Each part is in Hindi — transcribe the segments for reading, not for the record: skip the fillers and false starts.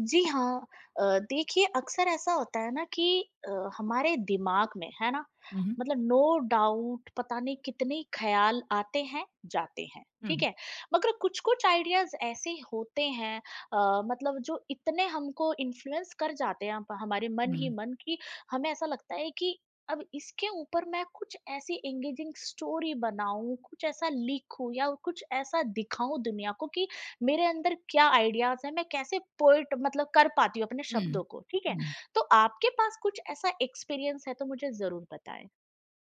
जी हाँ। देखिए अक्सर ऐसा होता है ना कि हमारे दिमाग में, है ना? हुँ, हुँ। मतलब नो डाउट पता नहीं कितने ख़्याल आते हैं, जाते हैं, ठीक है? मगर कुछ-कुछ आइडियाज़ ऐसे होते हैं मतलब जो इतने हमको इन्फ्लुएंस कर जाते हैं अप हमारे मन ही हुँ, मन कि हमें ऐसा लगता है कि अब इसके ऊपर मैं कुछ ऐसी एंगेजिंग स्टोरी बनाऊँ, कुछ ऐसा लिखूँ या कुछ ऐसा दिखाऊँ दुनिया को कि मेरे अंदर क्या आइडियाज़ हैं, मैं कैसे पोएट मतलब कर पाती हूँ अपने हुँ, शब्दों को, ठीक है? हुँ, हुँ। तो आपके पास कुछ ऐसा एक्सपीरियंस है तो मुझे ज़रूर बताएँ।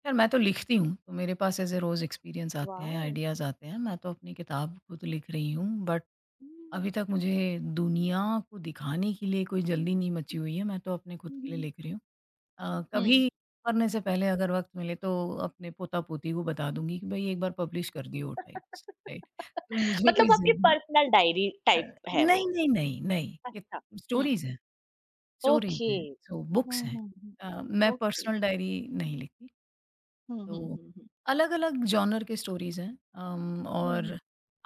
खैर मैं तो लिखती हूँ, तो मेरे पास ऐसे रोज़ एक्सपीरियंस आते हैं, वाओ! आइडियाज़ आते हैं। मैं तो अपनी किताब खुद लिख रही हूँ, बट अभी हुँ। तक मुझे दुनिया को दिखाने के लिए कोई जल्दी नहीं मची हुई है, मैं तो अपने खुद हुँ, के लिए हुँ, लिख रही हूँ। हुँ। कभी मरने से पहले अगर वक़्त मिले तो अपने पोता-पोती को बता दूँगी कि भई एक बार पब्लिश कर दियो टाइप्स, राइट? तो मुझे मतलब कोई वो आपकी जल्दी पर्सनल डायरी अ, टाइप है वो। नहीं, नहीं, नहीं, नहीं, कि अच्छा। हुँ। स्टोरीज़ हैं। Stories okay. हैं, सो हुँ, बुक्स हैं। हुँ, हुँ। मैं ओके। पर्सनल डायरी नहीं लिखती। हुँ, हुँ, तो हुँ, हुँ। अलग-अलग जॉनर के स्टोरीज़ हैं हुँ, हुँ। और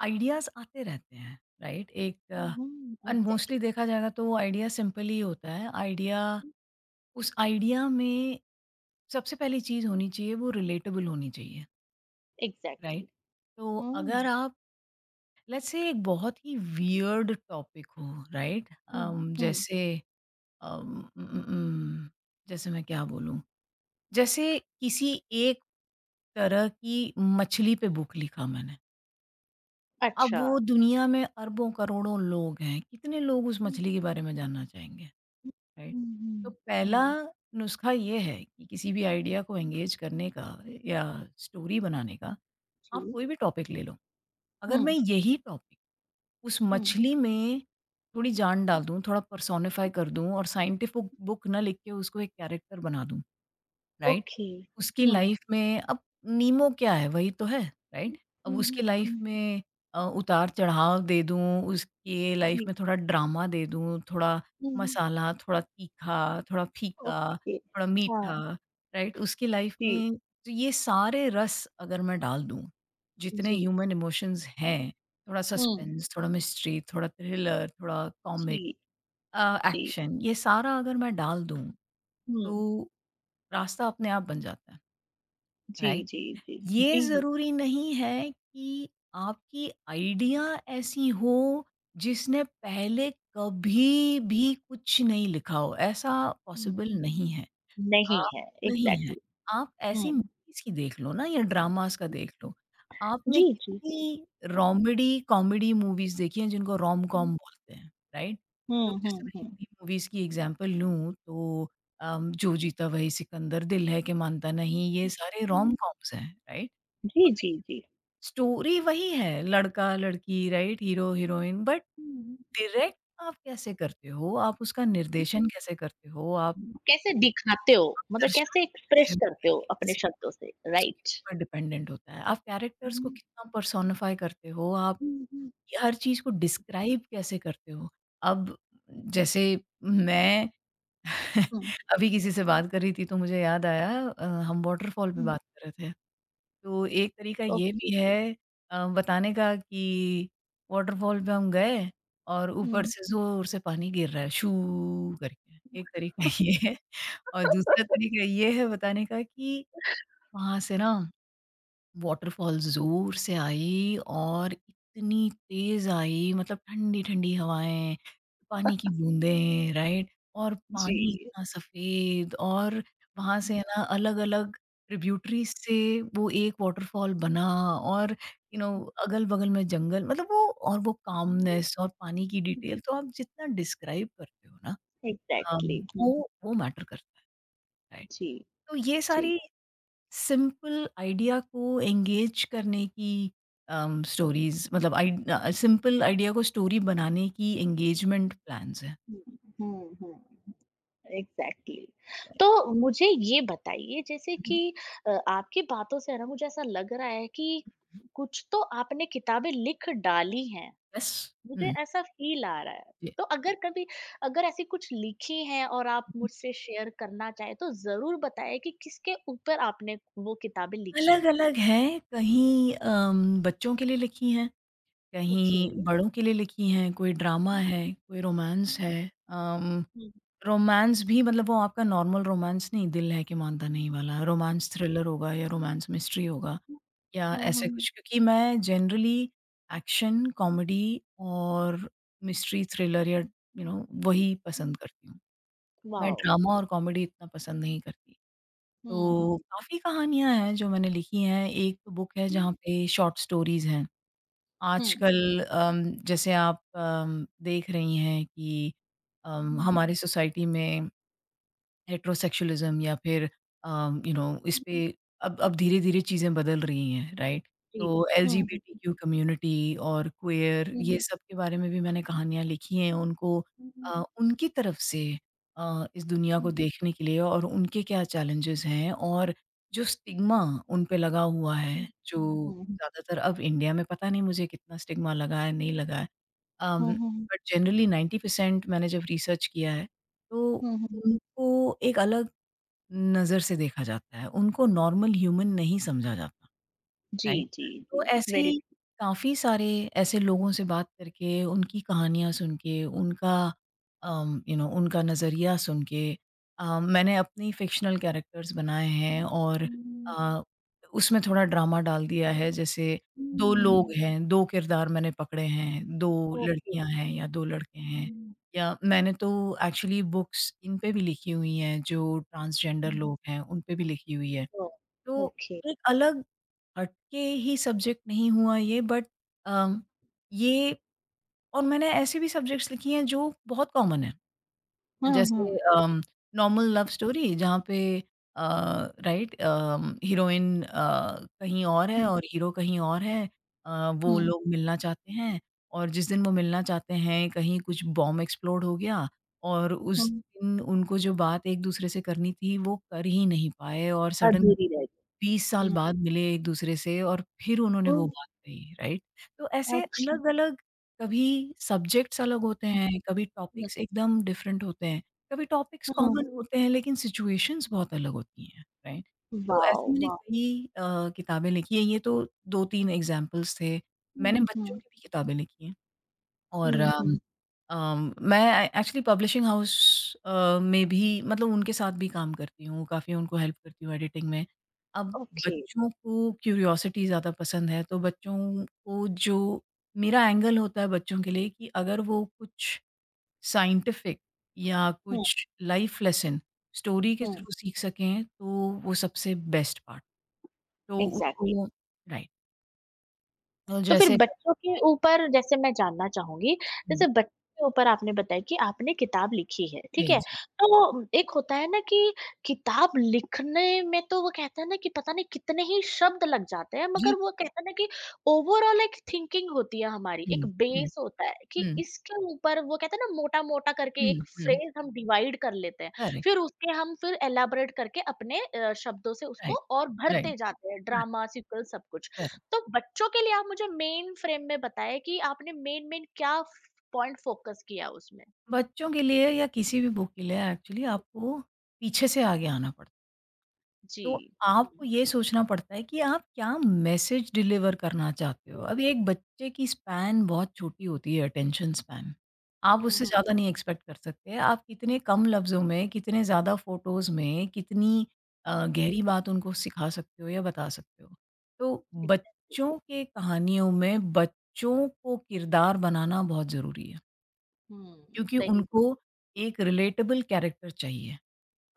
आइडियाज़ आते रहते हैं, राइट? हुँ, एक हुँ, एंड एग्ज़ैक्टली। मोस्टली देखा जाएगा तो वो आइडिया सिंपल ही होता है। आइडिया हुँ, उस आइडिया में सबसे पहली चीज़ होनी चाहिए वो रिलेटेबल होनी चाहिए, राइट? एग्ज़ैक्टली। तो अगर हुँ, आप लेट्स से एक बहुत ही वियर्ड टॉपिक हो, राइट? हुँ, हुँ। जैसे अम, उम, उम, उम, जैसे मैं क्या बोलूँ? जैसे किसी एक तरह की मछली पे बुक लिखा मैंने। अब अच्छा। वो दुनिया में अरबों-करोड़ों लोग हैं, कितने लोग उस हुँ, मछली के बारे में जानना चाहेंगे, हुँ। राइट? हुँ, तो हुँ, पहला हुँ। नुस्खा ये है कि किसी भी आइडिया को एंगेज करने का या स्टोरी बनाने का, आप जी। कोई भी टॉपिक ले लो। अगर मैं हुँ, यही टॉपिक उस हुँ। मछली में थोड़ी जान डाल दूँ, थोड़ा पर्सोनिफ़ाई कर दूँ और साइंटिफ़िक बुक ना लिख के उसको एक कैरेक्टर बना दूँ राइट? ओके। उसकी हुँ। लाइफ में अब नीमो क्या है? वही तो है, राइट? अब हुँ, उसकी हुँ, लाइफ हुँ। में उतार-चढ़ाव दे दूँ, उसकी लाइफ जी। में थोड़ा ड्रामा दे दूँ, थोड़ा हुँ, हुँ। मसाला, थोड़ा तीखा, थोड़ा फीका, ओके। थोड़ा मीठा, हाँ, राइट? उसकी लाइफ जी, में तो ये सारे रस अगर मैं डाल दूँ, जितने जी। ह्यूमन इमोशंस हैं, थोड़ा हुँ। सस्पेंस, थोड़ा मिस्ट्री, थोड़ा थ्रिलर, थोड़ा जी, कॉमिक जी। एक्शन, ये सारा अगर मैं डाल दूँ, हुँ। तो रास्ता अपने आप बन जाता है। जी, राइट जी, जी, ये जी। जरूरी नहीं है कि आपकी आइडिया ऐसी हो जिसने पहले कभी भी कुछ नहीं लिखा हो ऐसा हुँ, पॉसिबल नहीं है नहीं आप है, नहीं हैं। एग्ज़ैक्टली। आप ऐसी हुँ। मूवीज़ की देख लो ना या ड्रामास का देख लो। आपने जी, जी। कितनी रोमेडी, कॉमेडी मूवीज़ देखी हैं जिनको हुँ। रोम-कॉम बोलते हैं, राइट? तो हुँ, जैसे हुँ, मैं हुँ। हिंदी मूवीज़ की एग्ज़ाम्पल लूँ तो जो जीता वही सिकंदर, दिल है के मानता नहीं, ये सारे हुँ। रोम-कॉम्स हैं, राइट? तो जी, जी, लेकिन जी। स्टोरी वही है, लड़का-लड़की, राइट? हीरो-हीरोइन बट हुँ, डायरेक्ट आप कैसे करते हो, आप उसका हुँ। निर्देशन कैसे करते हो, आप कैसे दिखाते हो? मतलब दर्शाते कैसे कैसे एक्सप्रेस हो करते हो एक-एक अपने सीन? शब्दों से, उसके राइट? ऊपर डिपेंडेंट होता है। आप कैरेक्टर्स को हुँ, कितना पर्सोनिफ़ाई करते हो, आप हुँ, हुँ। हर चीज़ को डिस्क्राइब कैसे करते हो? अब जैसे मैं हुँ, अभी किसी से बात कर रही थी तो मुझे याद आया हम वॉटरफॉल पे हुँ। बात कर रहे थे। तो एक तरीका ये ओके। भी है बताने का कि वॉटरफॉल पे हम गए और ऊपर हुँ। से ज़ोर से पानी गिर रहा है, शू करके। एक तरीका ये है और दूसरा तरीका ये है बताने का कि वहाँ से ना वॉटरफॉल ज़ोर से आई और इतनी तेज़ आई मतलब ठंडी-ठंडी हवाएँ, पानी की बूँदें, राइट? और जी। पानी इतना सफ़ेद और वहाँ से हुँ। है ना अलग-अलग ट्रिब्यूटरीज़ से वो एक वॉटरफॉल बना और यू नो अगल-बगल में जंगल मतलब वो और वो काल्मनेस और पानी की डिटेल तो आप जितना डिस्क्राइब करते हो ना एग्ज़ैक्टली हुँ, वो मैटर करता है, राइट? जी, तो ये जी। सारी सिंपल आइडिया को एंगेज करने की स्टोरीज़ मतलब सिंपल आइडिया को स्टोरी बनाने की एंगेजमेंट प्लान्स हैं। हुँ, हुँ, हुँ, एग्ज़ैक्टली। तो मुझे ये बताइए जैसे कि आपकी बातों से है ना मुझे ऐसा लग रहा है कि कुछ तो आपने किताबें लिख डाली हैं, यस। मुझे हुँ, ऐसा फ़ील आ रहा है। जी। तो अगर कभी अगर ऐसी कुछ लिखी हैं और आप मुझसे शेयर करना चाहें तो ज़रूर बताएँ कि किसके ऊपर आपने वो किताबें लिखी हैं? अलग-अलग हैं, कहीं बच्चों के लिए लिखी हैं, ओके। कहीं बड़ों के लिए लिखी हैं, कोई ड्रामा हुँ, है, कोई रोमांस हुँ, है। अम हुँ, रोमांस भी मतलब वो आपका नॉर्मल रोमांस नहीं, दिल है कि मानता नहीं वाला, रोमांस थ्रिलर होगा या रोमांस मिस्ट्री होगा या हुँ, हुँ, ऐसे हुँ, कुछ? क्योंकि मैं जनरली एक्शन, कॉमेडी और मिस्ट्री, थ्रिलर या यू नो वही पसंद करती हूँ। मैं वाओ! ड्रामा और कॉमेडी इतना पसंद नहीं करती। हुँ, तो हुँ। काफ़ी कहानियाँ हैं जो मैंने लिखी हैं। एक तो बुक है जहाँ पे शॉर्ट स्टोरीज़ हैं। Hmm. आजकल जैसे आप देख रही हैं कि हमारे सोसाइटी में हेटेरोसेक्सुअलिज़्म या फिर अ, यू नो इस पे अब धीरे-धीरे चीज़ें बदल रही हैं, राइट? G. तो Hmm. एलजीबीटीक्यू कम्युनिटी और क्वेयर ये Hmm. सब के बारे में भी मैंने कहानियाँ लिखी हैं उनको Hmm. उनकी तरफ से इस दुनिया को Hmm. देखने के लिए और उनके क्या चैलेंजेज़ हैं और जो स्टिग्मा उन पे लगा हुआ Hmm. है, जो Hmm. ज़्यादातर अब इंडिया में पता नहीं मुझे कितना स्टिग्मा लगा है, नहीं लगा है। अम, Hmm. बट जनरली 90% मैंने जब रिसर्च किया है, तो Hmm. उनको एक अलग नज़र से देखा जाता है, उनको नॉर्मल ह्यूमन नहीं समझा जाता। राइट? G. G. तो G. ऐसे Very. ही काफ़ी सारे ऐसे लोगों से बात करके, उनकी कहानियाँ सुन के, उनका यू नो उनका नज़रिया सुन के मैंने अपनी फ़िक्शनल कैरेक्टर्स बनाए हैं और Hmm. अ, उसमें थोड़ा ड्रामा डाल दिया है। जैसे 2 लोग हैं, 2 किरदार मैंने पकड़े हैं, 2 Okay. लड़कियाँ हैं या 2 लड़के हैं। Hmm. या मैंने तो एक्चुअली बुक्स इन पे भी लिखी हुई हैं, जो ट्रांसजेंडर लोग हैं, उन पे भी लिखी हुई है। Oh. तो Okay. एक अलग हटके ही सब्जेक्ट नहीं हुआ ये बट अम, ये और मैंने ऐसी भी सब्जेक्ट्स लिखी हैं जो बहुत कॉमन है। जैसे Hmm. नॉर्मल लव स्टोरी जहाँ पे अ, राइट हीरोइन कहीं और है Hmm. और हीरो कहीं और है। वो Hmm. लोग मिलना चाहते हैं और जिस दिन वो मिलना चाहते हैं कहीं कुछ बॉम्ब एक्सप्लोड हो गया और उस Hmm. दिन उनको जो बात एक-दूसरे से करनी थी वो कर ही नहीं पाए और I सडन do realize. 20 साल Hmm. बाद मिले एक-दूसरे से और फिर उन्होंने वो Oh. बात कही, राइट? तो ऐसे Actually. अलग-अलग कभी सब्जेक्ट्स अलग होते हैं, कभी टॉपिक्स एकदम डिफरेंट होते हैं, कभी टॉपिक्स Hmm. कॉमन होते हैं लेकिन सिचुएशंस बहुत अलग होती हैं, राइट? तो ऐसे Wow. मैंने Wow. कई किताबें लिखी हैं, ये तो 2-3 एग्ज़ाम्पल्स थे। मैंने Hmm. बच्चों Hmm. की भी किताबें लिखी हैं और Hmm. Hmm. मैं एक्चुअली पब्लिशिंग हाउस में भी मतलब उनके साथ भी काम करती हूँ, काफ़ी उनको हेल्प करती हूँ एडिटिंग में। अब Okay. बच्चों को क्यूरियोसिटी ज़्यादा पसंद है, तो बच्चों को जो मेरा एंगल होता है बच्चों के लिए कि अगर वो कुछ साइंटिफ़िक या Hmm. कुछ लाइफ़ लेसन स्टोरी के Hmm. थ्रू सीख सकें, तो वो सबसे बेस्ट पार्ट। तो Exactly. उनको राइट, तो तो फिर जैसे बच्चों के ऊपर जैसे मैं जानना चाहूँगी, हुँ, जैसे बच्चों के ऊपर आपने बताया कि आपने किताब लिखी है, ठीक जी, है? जी। तो एक होता है ना कि किताब लिखने में तो वो कहते हैं ना कि पता नहीं कितने ही शब्द लग जाते हैं, जी, मगर वो कहते हैं ना कि ओवरऑल एक थिंकिंग होती है हमारी, एक हुँ, हुँ, बेस होता है कि हुँ, इसके ऊपर वो कहते हैं ना मोटा-मोटा करके हुँ, एक हुँ, फ्रेज़ हम डिवाइड कर लेते हैं। करेक्ट। फिर उसके हम फिर एलाबोरेट करके अपने शब्दों से उसको राइट, और राइट, भरते जाते हैं, करेक्ट, ड्रामा, सीक्वल सब कुछ। करेक्ट। तो बच्चों के लिए आप मुझे मेन फ्रेम में बताएं कि आपने मेन मेन क्या पॉइंट फोकस किया उसमें बच्चों के लिए या किसी भी बुक के लिए एक्चुअली आपको पीछे से आगे आना पड़ता है। जी तो आपको हम्म ये सोचना पड़ता है कि आप क्या मैसेज डिलीवर करना चाहते हो? yes, अभी एक बच्चे की स्पैन बहुत छोटी होती है अटेंशन स्पैन। आप हम्म उससे हम्म ज़्यादा नहीं एक्सपेक्ट कर सकते। आप कितने कम लफ्ज़ों में, कितने ज़्यादा फ़ोटोज़ में, कितनी गहरी बात उनको सिखा सकते हो या बता सकते हो। तो exactly, बच्चों के कहानियों में बच्चों को किरदार बनाना बहुत ज़रूरी है। हम्म क्योंकि सही उनको बोल एक रिलेटेबल कैरेक्टर चाहिए।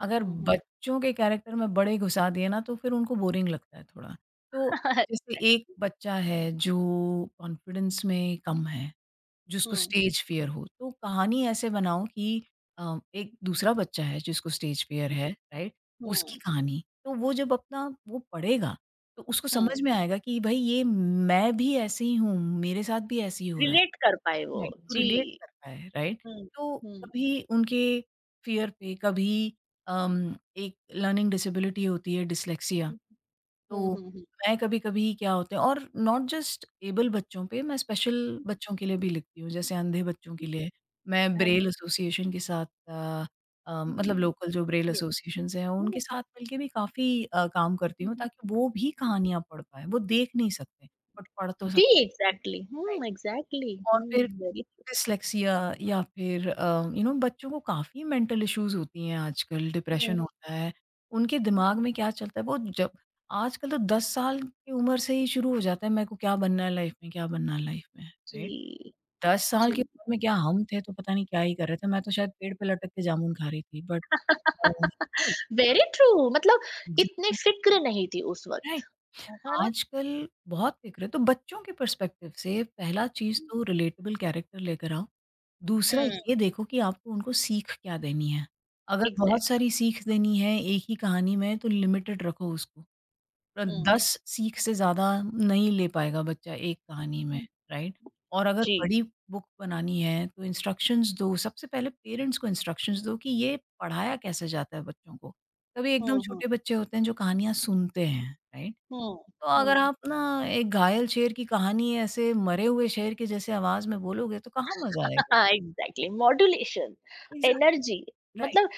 अगर हम्म हम्म बच्चों के कैरेक्टर में बड़े घुसा दिए ना तो फिर उनको बोरिंग लगता है थोड़ा। तो जैसे एक बच्चा है जो कॉन्फिडेंस में कम है, जिसको हम्म स्टेज फ़ियर हो, तो कहानी ऐसे बनाओ कि एक दूसरा बच्चा है जिसको स्टेज फ़ियर है, राइट? हम्म उसकी कहानी, तो वो जब अपना वो पढ़ेगा, तो उसको हम्म, समझ में आएगा कि भई ये मैं भी ऐसे ही हूँ, मेरे साथ भी ऐसे ही हो रहा है। रिलेट कर पाए वो राइट, वो जी रिलेट कर पाए, राइट? हम्म, तो हम्म, कभी उनके फ़ियर पे, कभी अम, एक लर्निंग डिसेबिलिटी होती है डिस्लेक्सिया, हम्म, तो हम्म, हम्म मैं कभी-कभी क्या होता है और नॉट जस्ट एबल बच्चों पे, मैं स्पेशल बच्चों के लिए भी लिखती हूँ, जैसे अंधे बच्चों के लिए। मैं And- ब्रेल एसोसिएशन के साथ मतलब हम्म, लोकल जो ब्रेल yes, एसोसिएशंस हैं, उनके हम्म, साथ मिलके भी काफ़ी काम करती हूँ, हम्म, ताकि वो भी कहानियाँ पढ़ पाएँ, वो देख नहीं सकते, बट पढ़ तो सकते जी हैं, एग्जैक्टली राइट? एग्जैक्टली और फिर वेरी डिस्लेक्सिया या फिर यू नो बच्चों को काफ़ी मेंटल इश्यूज़ होती हैं आजकल, हम्म, डिप्रेशन हुँ। होता है। उनके दिमाग में क्या चलता है वो जब आजकल तो 10 साल की उम्र से ही शुरू हो जाता है मेरे को क्या बनना है लाइफ में, क्या बनना है लाइफ में, राइट? जी 10 साल जी की उम्र में क्या हम थे तो पता नहीं क्या ही कर रहे थे, मैं तो शायद पेड़ पे लटक के जामुन खा रही थी but uh, right very true मतलब इतनी एग्ज़ैक्टली फ़िक्र नहीं थी उस वक़्त, राइट। है ना? आजकल बहुत बिगड़े तो बच्चों के पर्सपेक्टिव से पहला चीज़ तो रिलेटेबल कैरेक्टर लेकर आओ। दूसरा हुँ, ये देखो कि आपको उनको सीख क्या देनी है। अगर बहुत एग्ज़ैक्ट सारी सीख देनी है एक ही कहानी में तो लिमिटेड रखो उसको। हुँ। 10 सीख से ज़्यादा नहीं ले पाएगा बच्चा एक कहानी में, राइट? और अगर जी। बड़ी बुक बनानी है तो इंस्ट्रक्शंस दो, सबसे पहले पेरेंट्स को इंस्ट्रक्शंस दो कि ये पढ़ाया कैसे जाता है बच्चों को। तभी एकदम हुँ, हुँ, छोटे बच्चे होते हैं जो कहानियाँ सुनते हैं, राइट? हुँ, तो अगर हुँ। आप ना एक घायल शेर की कहानी ऐसे मरे हुए शेर की जैसे आवाज़ में बोलोगे तो कहाँ मज़ा आएगा? Exactly modulation, exact energy right. मतलब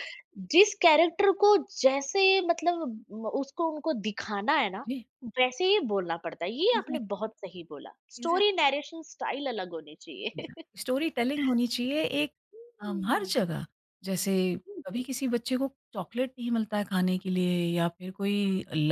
जिस कैरेक्टर को जैसे मतलब म उसको उनको दिखाना है ना, जी, वैसे ही बोलना पड़ता है। ये आपने एग्ज़ैक्टली, बहुत सही बोला। स्टोरी एग्ज़ैक्टली, नैरेशन स्टाइल अलग होनी चाहिए। एग्ज़ैक्टली। स्टोरी टेलिंग होनी चाहिए एक हर हुँ। जगह जैसे कभी किसी बच्चे को चॉकलेट नहीं मिलता है खाने के लिए या फिर कोई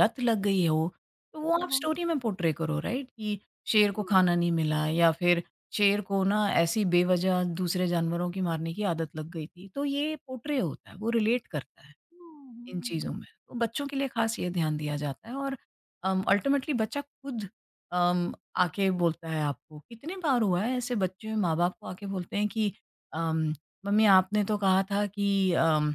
लत लग गई हो, तो वो हुँ, आप हुँ, हुँ, स्टोरी में पोर्ट्रे करो राइट कि शेर को हुँ, खाना नहीं मिला या फिर शेर को ना ऐसी बेवजह दूसरे जानवरों की मारने की आदत लग गई थी, तो ये पोर्ट्रे होता है, वो रिलेट करता है। हुँ, इन चीज़ों हुँ, में। तो बच्चों के लिए ख़ास ये ध्यान दिया जाता है और अल्टीमेटली बच्चा खुद आके बोलता है आपको। कितने बार हुआ है ऐसे बच्चे माँ-बाप को आके बोलते हैं कि अम, "मम्मी आपने तो कहा था कि अम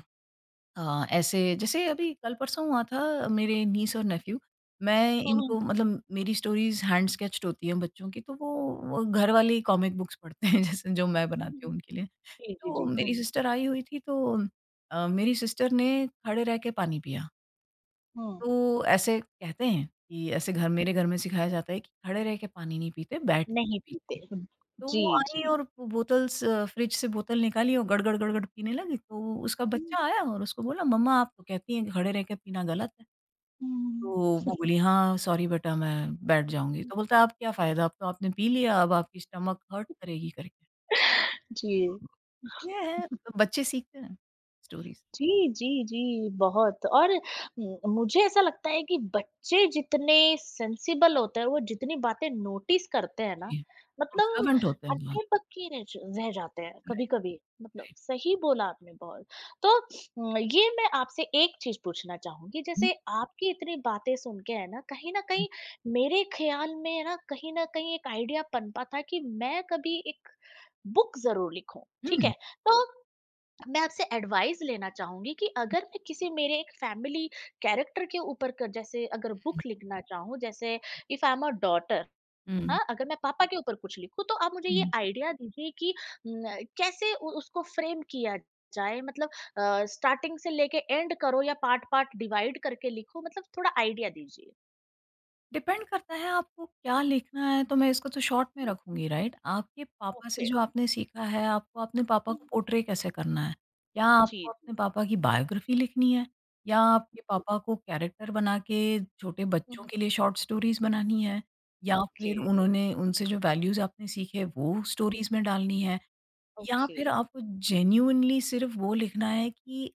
ऐसे" जैसे अभी कल-परसों हुआ था मेरे नीस और नेफ्यू, मैं हुँ, हुँ। इनको मतलब मेरी स्टोरीज़ हैंड स्केच्ड होती हैं बच्चों की, तो वो घर वाली कॉमिक बुक्स पढ़ते हैं जैसे जो मैं बनाती हूँ हुँ। उनके लिए। जी, जी, तो जी। मेरी हुँ, सिस्टर आई हुई थी तो मेरी सिस्टर ने खड़े रह के पानी पिया। हुँ। तो ऐसे कहते हैं कि ऐसे घर हुँ। मेरे घर में सिखाया जाता है कि खड़े रह के पानी नहीं पीते, बैठ के नहीं ही पीते पीते। हैं। हुँ। तो वो जी, आई जी। और बोतल्स फ्रिज से बोतल निकाली और गड़, गड़, गड़, गड़ पीने लगी। तो उसका हुँ, बच्चा आया और उसको बोला, "मम्मा आप तो कहती हैं कि खड़े रह के पीना गलत है।" हुँ। तो वो बोली, "हाँ, सॉरी बेटा मैं बैठ जाऊँगी।" तो बोलता है, "अब क्या फ़ायदा? अब तो आपने पी लिया, अब आपकी स्टमक हर्ट करेगी" करके। जी। ये है मतलब बच्चे सीखते हैं स्टोरीज़। जी, जी, जी, बहुत और मुझे ऐसा लगता है कि बच्चे जितने सेंसिबल होते हैं, वो जितनी बातें नोटिस करते हैं ना, जी, मतलब ऑब्जर्वेंट होते हैं बहुत। हक्के-बक्के रह जाते हैं राइट, कभी-कभी, मतलब राइट। सही बोला आपने बहुत। तो ये मैं आपसे एक चीज़ पूछना चाहूँगी, हुँ, जैसे आपकी इतनी बातें सुन के है ना, कहीं न जी। कहीं मेरे ख़्याल में है ना, कहीं न कहीं एक आइडिया पनपा था कि मैं कभी एक बुक ज़रूर लिखूँ, हुँ, ठीक हुँ, है? तो मैं आपसे एडवाइस लेना चाहूंगी कि अगर मैं किसी मेरे एक फैमिली कैरेक्टर के ऊपर कर जैसे अगर बुक लिखना चाहूँ जैसे if I am a daughter हुँ, हाँ अगर मैं पापा के ऊपर कुछ लिखूं तो आप मुझे ये हुँ। आइडिया दीजिए कि न, कैसे उसको फ्रेम किया जाए मतलब स्टार्टिंग से लेके एंड करो या पार्ट पार्ट डिवाइड करके लिखो मतलब थोड़ा आइडिया दीजिए डिपेंड करता है आपको क्या लिखना है, तो मैं इसको तो शॉर्ट में हम्म, रखूँगी राइट? आपके पापा से ओके जो आपने सीखा है, आपको अपने पापा को हम्म, पोर्ट्रे कैसे करना है? या जी आपको जी अपने पापा की बायोग्राफ़ी लिखनी है? या आपके जी, पापा को कैरेक्टर बना के छोटे बच्चों हम्म, के लिए शॉर्ट स्टोरीज़ बनानी है? या ओके फिर उन्होंने उनसे जो वैल्यूज़ आपने सीखे, वो हम्म, स्टोरीज़ में डालनी है? या ओके फिर आपको जेन्युइनली सिर्फ़ वो लिखना है कि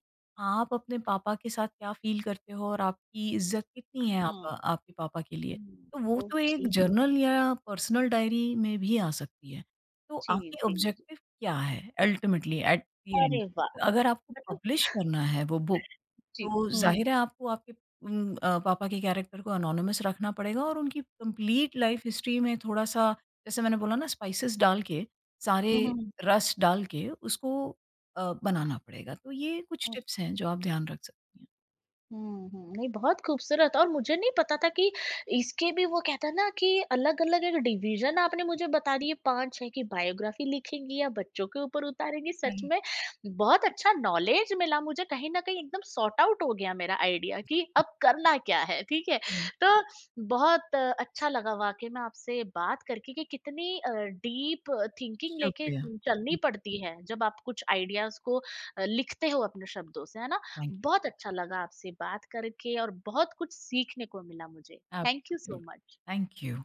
आप अपने पापा के साथ क्या फ़ील करते हो और आपकी इज़्ज़त कितनी है आप okay, आपके पापा के लिए। तो वो तो एक ओके जर्नल या पर्सनल डायरी में भी आ सकती है। तो जी आपकी जी ऑब्जेक्टिव क्या है अल्टीमेटली एट द एंड? अरे वाह! अगर आपको मतलब पब्लिश करना है वो बुक जी, तो हुँ। ज़ाहिर है आपको आपके पापा के कैरेक्टर को एनोनिमस रखना पड़ेगा और उनकी कंप्लीट लाइफ हिस्ट्री में थोड़ा-सा जैसे मैंने बोला ना स्पाइसेस डाल के, सारे हुँ, हुँ। हुँ, हुँ। रस डाल के उसको बनाना पड़ेगा। तो ये कुछ टिप्स हैं जो आप ध्यान रख सकती हैं। हुँ, हुँ। नहीं बहुत खूबसूरत और मुझे नहीं पता था कि इसके भी वो कहते हैं ना कि अलग-अलग एक डिवीज़न आपने मुझे बता दी है 5 है कि बायोग्राफ़ी लिखेंगी या बच्चों के ऊपर उतारेंगी। सच राइट। में बहुत अच्छा नॉलेज मिला मुझे कहीं न कहीं एकदम सॉर्ट आउट हो गया मेरा आइडिया कि अब करना क्या है, ठीक है? हुँ। तो बहुत अच्छा लगा वाक़ई में आपसे बात करके कि कितनी डीप थिंकिंग लेके शुक्रिया। चलनी हुँ, पड़ती है जब आप कुछ आइडियाज़ को लिखते हो अपने शब्दों से, है ना? Thank you. बहुत अच्छा लगा आपसे बात करके और बहुत कुछ सीखने को मिला मुझे thank you so absolute. Much thank you.